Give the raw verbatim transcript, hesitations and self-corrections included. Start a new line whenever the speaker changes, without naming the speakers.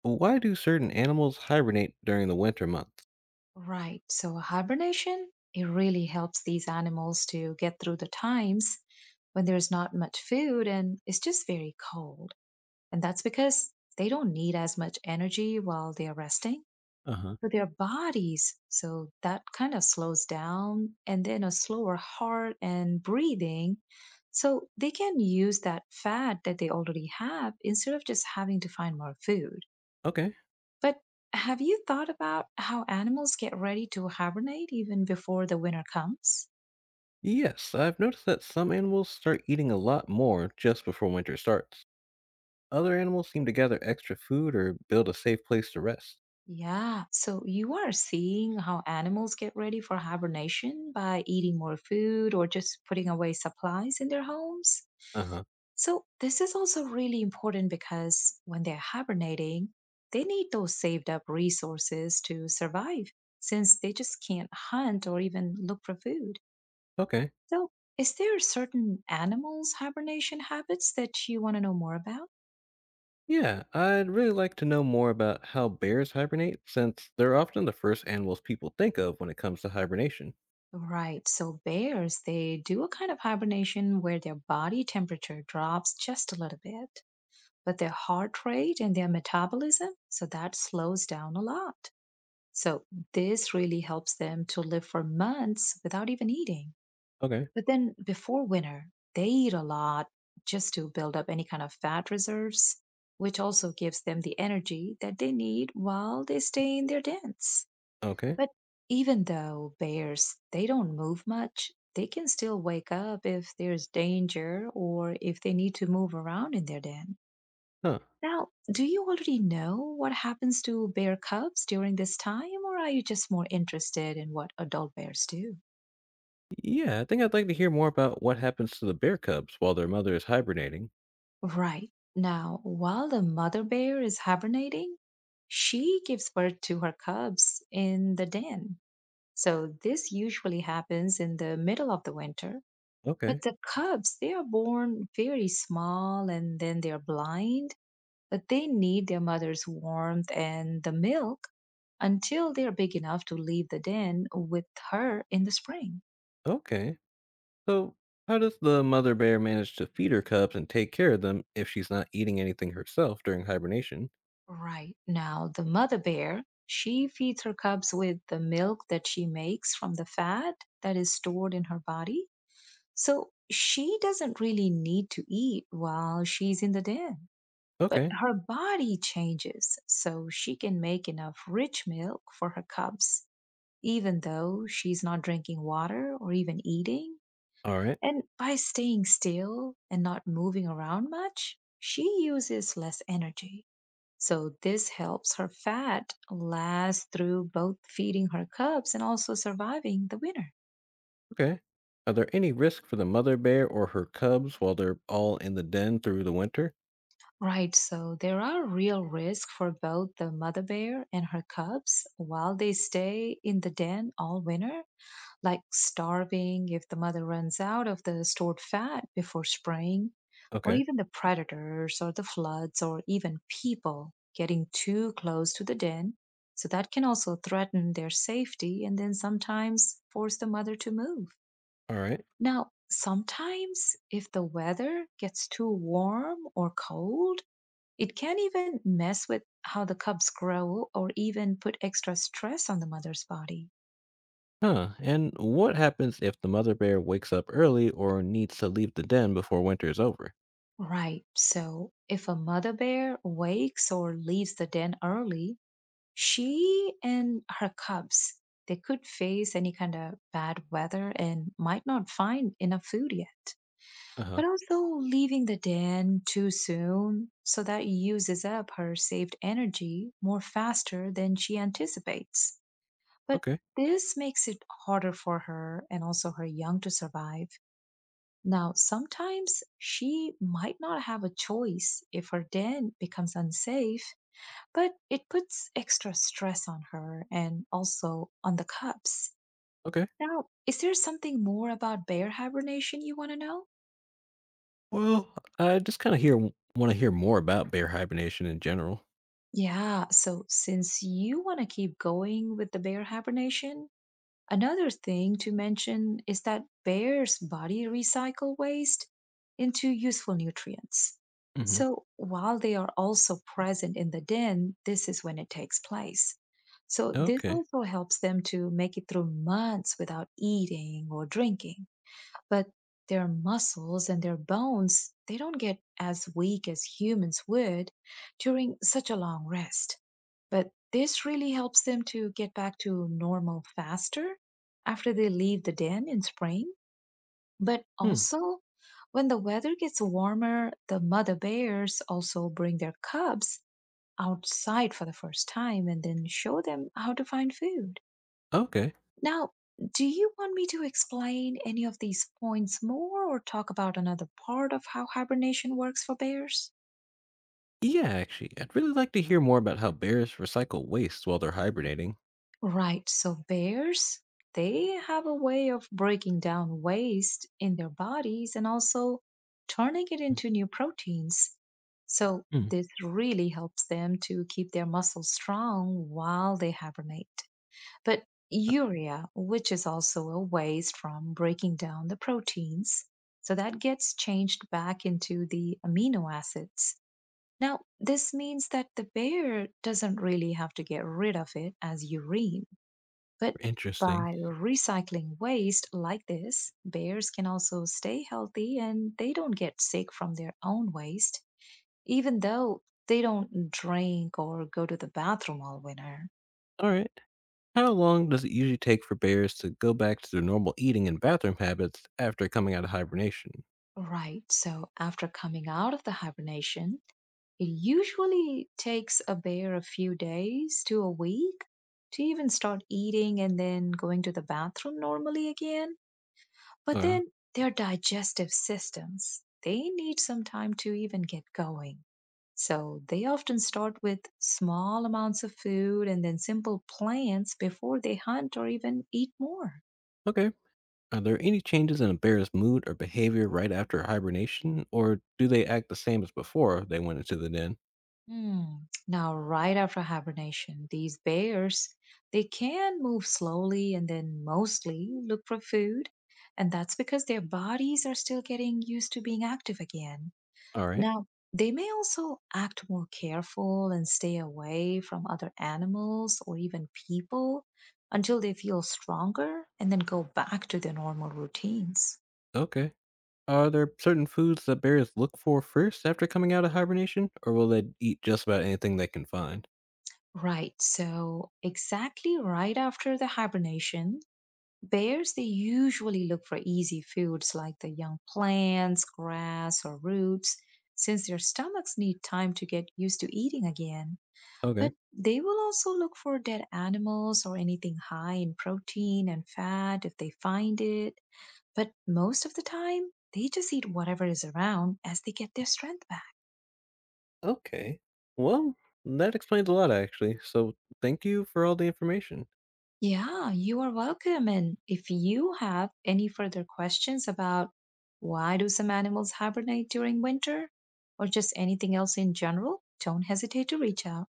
Why do certain animals hibernate during the winter months?
Right. So hibernation, it really helps these animals to get through the times when there's not much food and it's just very cold. And that's because they don't need as much energy while they're resting
Uh huh.
for their bodies. So that kind of slows down and then a slower heart and breathing. So they can use that fat that they already have instead of just having to find more food.
Okay.
But have you thought about how animals get ready to hibernate even before the winter comes?
Yes, I've noticed that some animals start eating a lot more just before winter starts. Other animals seem to gather extra food or build a safe place to rest.
Yeah, so you are seeing how animals get ready for hibernation by eating more food or just putting away supplies in their homes.
Uh huh.
So, this is also really important because when they're hibernating, they need those saved up resources to survive since they just can't hunt or even look for food.
Okay.
So, is there certain animals' hibernation habits that you want to know more about?
Yeah, I'd really like to know more about how bears hibernate since they're often the first animals people think of when it comes to hibernation.
Right. So, bears, they do a kind of hibernation where their body temperature drops just a little bit, but their heart rate and their metabolism, so that slows down a lot. So, this really helps them to live for months without even eating.
Okay.
But then before winter, they eat a lot just to build up any kind of fat reserves, which also gives them the energy that they need while they stay in their dens.
Okay.
But even though bears, they don't move much, they can still wake up if there's danger or if they need to move around in their den.
Huh.
Now, do you already know what happens to bear cubs during this time, or are you just more interested in what adult bears do?
Yeah, I think I'd like to hear more about what happens to the bear cubs while their mother is hibernating.
Right. Now, while the mother bear is hibernating, she gives birth to her cubs in the den. So this usually happens in the middle of the winter.
Okay.
But the cubs, they are born very small and then they are blind, but they need their mother's warmth and the milk until they are big enough to leave the den with her in the spring.
Okay. So, how does the mother bear manage to feed her cubs and take care of them if she's not eating anything herself during hibernation?
Right now, the mother bear, she feeds her cubs with the milk that she makes from the fat that is stored in her body. So she doesn't really need to eat while she's in the den. But
Okay,
her body changes, so she can make enough rich milk for her cubs, even though she's not drinking water or even eating.
all right,
And by staying still and not moving around much, she uses less energy. So this helps her fat last through both feeding her cubs and also surviving the winter.
okay. Are there any risk for the mother bear or her cubs while they're all in the den through the winter?
Right, so there are real risks for both the mother bear and her cubs while they stay in the den all winter, like starving if the mother runs out of the stored fat before spraying, or
Okay,
even the predators or the floods or even people getting too close to the den. So that can also threaten their safety and then sometimes force the mother to move.
all right.
Now, sometimes if the weather gets too warm or cold, it can even mess with how the cubs grow or even put extra stress on the mother's body.
Huh, and what happens if the mother bear wakes up early or needs to leave the den before winter is over?
Right. So if a mother bear wakes or leaves the den early, she and her cubs, they could face any kind of bad weather and might not find enough food yet.
Uh huh,
But also leaving the den too soon so that uses up her saved energy more faster than she anticipates. But
okay,
this makes it harder for her and also her young to survive. Now, sometimes she might not have a choice if her den becomes unsafe, but it puts extra stress on her and also on the cubs.
okay.
Now, is there something more about bear hibernation you want to know?
Well, I just kind of hear want to hear more about bear hibernation in general.
Yeah, so since you want to keep going with the bear hibernation, another thing to mention is that bears' body recycle waste into useful nutrients.
Mm-hmm.
So while they are also present in the den, this is when it takes place. So this
Okay.
also helps them to make it through months without eating or drinking. But their muscles and their bones, they don't get as weak as humans would during such a long rest. But this really helps them to get back to normal faster after they leave the den in spring. But
Hmm.
also, when the weather gets warmer, the mother bears also bring their cubs outside for the first time and then show them how to find food.
Okay.
Now, do you want me to explain any of these points more or talk about another part of how hibernation works for bears?
Yeah, actually, I'd really like to hear more about how bears recycle waste while they're hibernating.
Right. So bears, they have a way of breaking down waste in their bodies and also turning it into new proteins. So
Hmm,
this really helps them to keep their muscles strong while they hibernate. But urea, which is also a waste from breaking down the proteins, so that gets changed back into the amino acids. Now, this means that the bear doesn't really have to get rid of it as urine, but
interesting.
by recycling waste like this, bears can also stay healthy and they don't get sick from their own waste, even though they don't drink or go to the bathroom all winter.
All right. How long does it usually take for bears to go back to their normal eating and bathroom habits after coming out of hibernation?
Right, so after coming out of the hibernation, it usually takes a bear a few days to a week to even start eating and then going to the bathroom normally again. But
Uh,
then their digestive systems, they need some time to even get going. So they often start with small amounts of food and then simple plants before they hunt or even eat more.
okay. Are there any changes in a bear's mood or behavior right after hibernation, or do they act the same as before they went into the den?
Hmm. Now, right after hibernation, these bears, they can move slowly and then mostly look for food. And that's because their bodies are still getting used to being active again.
All right.
Now, they may also act more careful and stay away from other animals or even people until they feel stronger and then go back to their normal routines.
Okay. Are there certain foods that bears look for first after coming out of hibernation, or will they eat just about anything they can find?
Right, so exactly right after the hibernation, bears they usually look for easy foods like the young plants, grass, or roots, since their stomachs need time to get used to eating again. But
Okay.
they will also look for dead animals or anything high in protein and fat if they find it. But most of the time, they just eat whatever is around as they get their strength back.
Okay. Well, that explains a lot actually. So, thank you for all the information.
Yeah, you are welcome. And if you have any further questions about why do some animals hibernate during winter or just anything else in general, don't hesitate to reach out.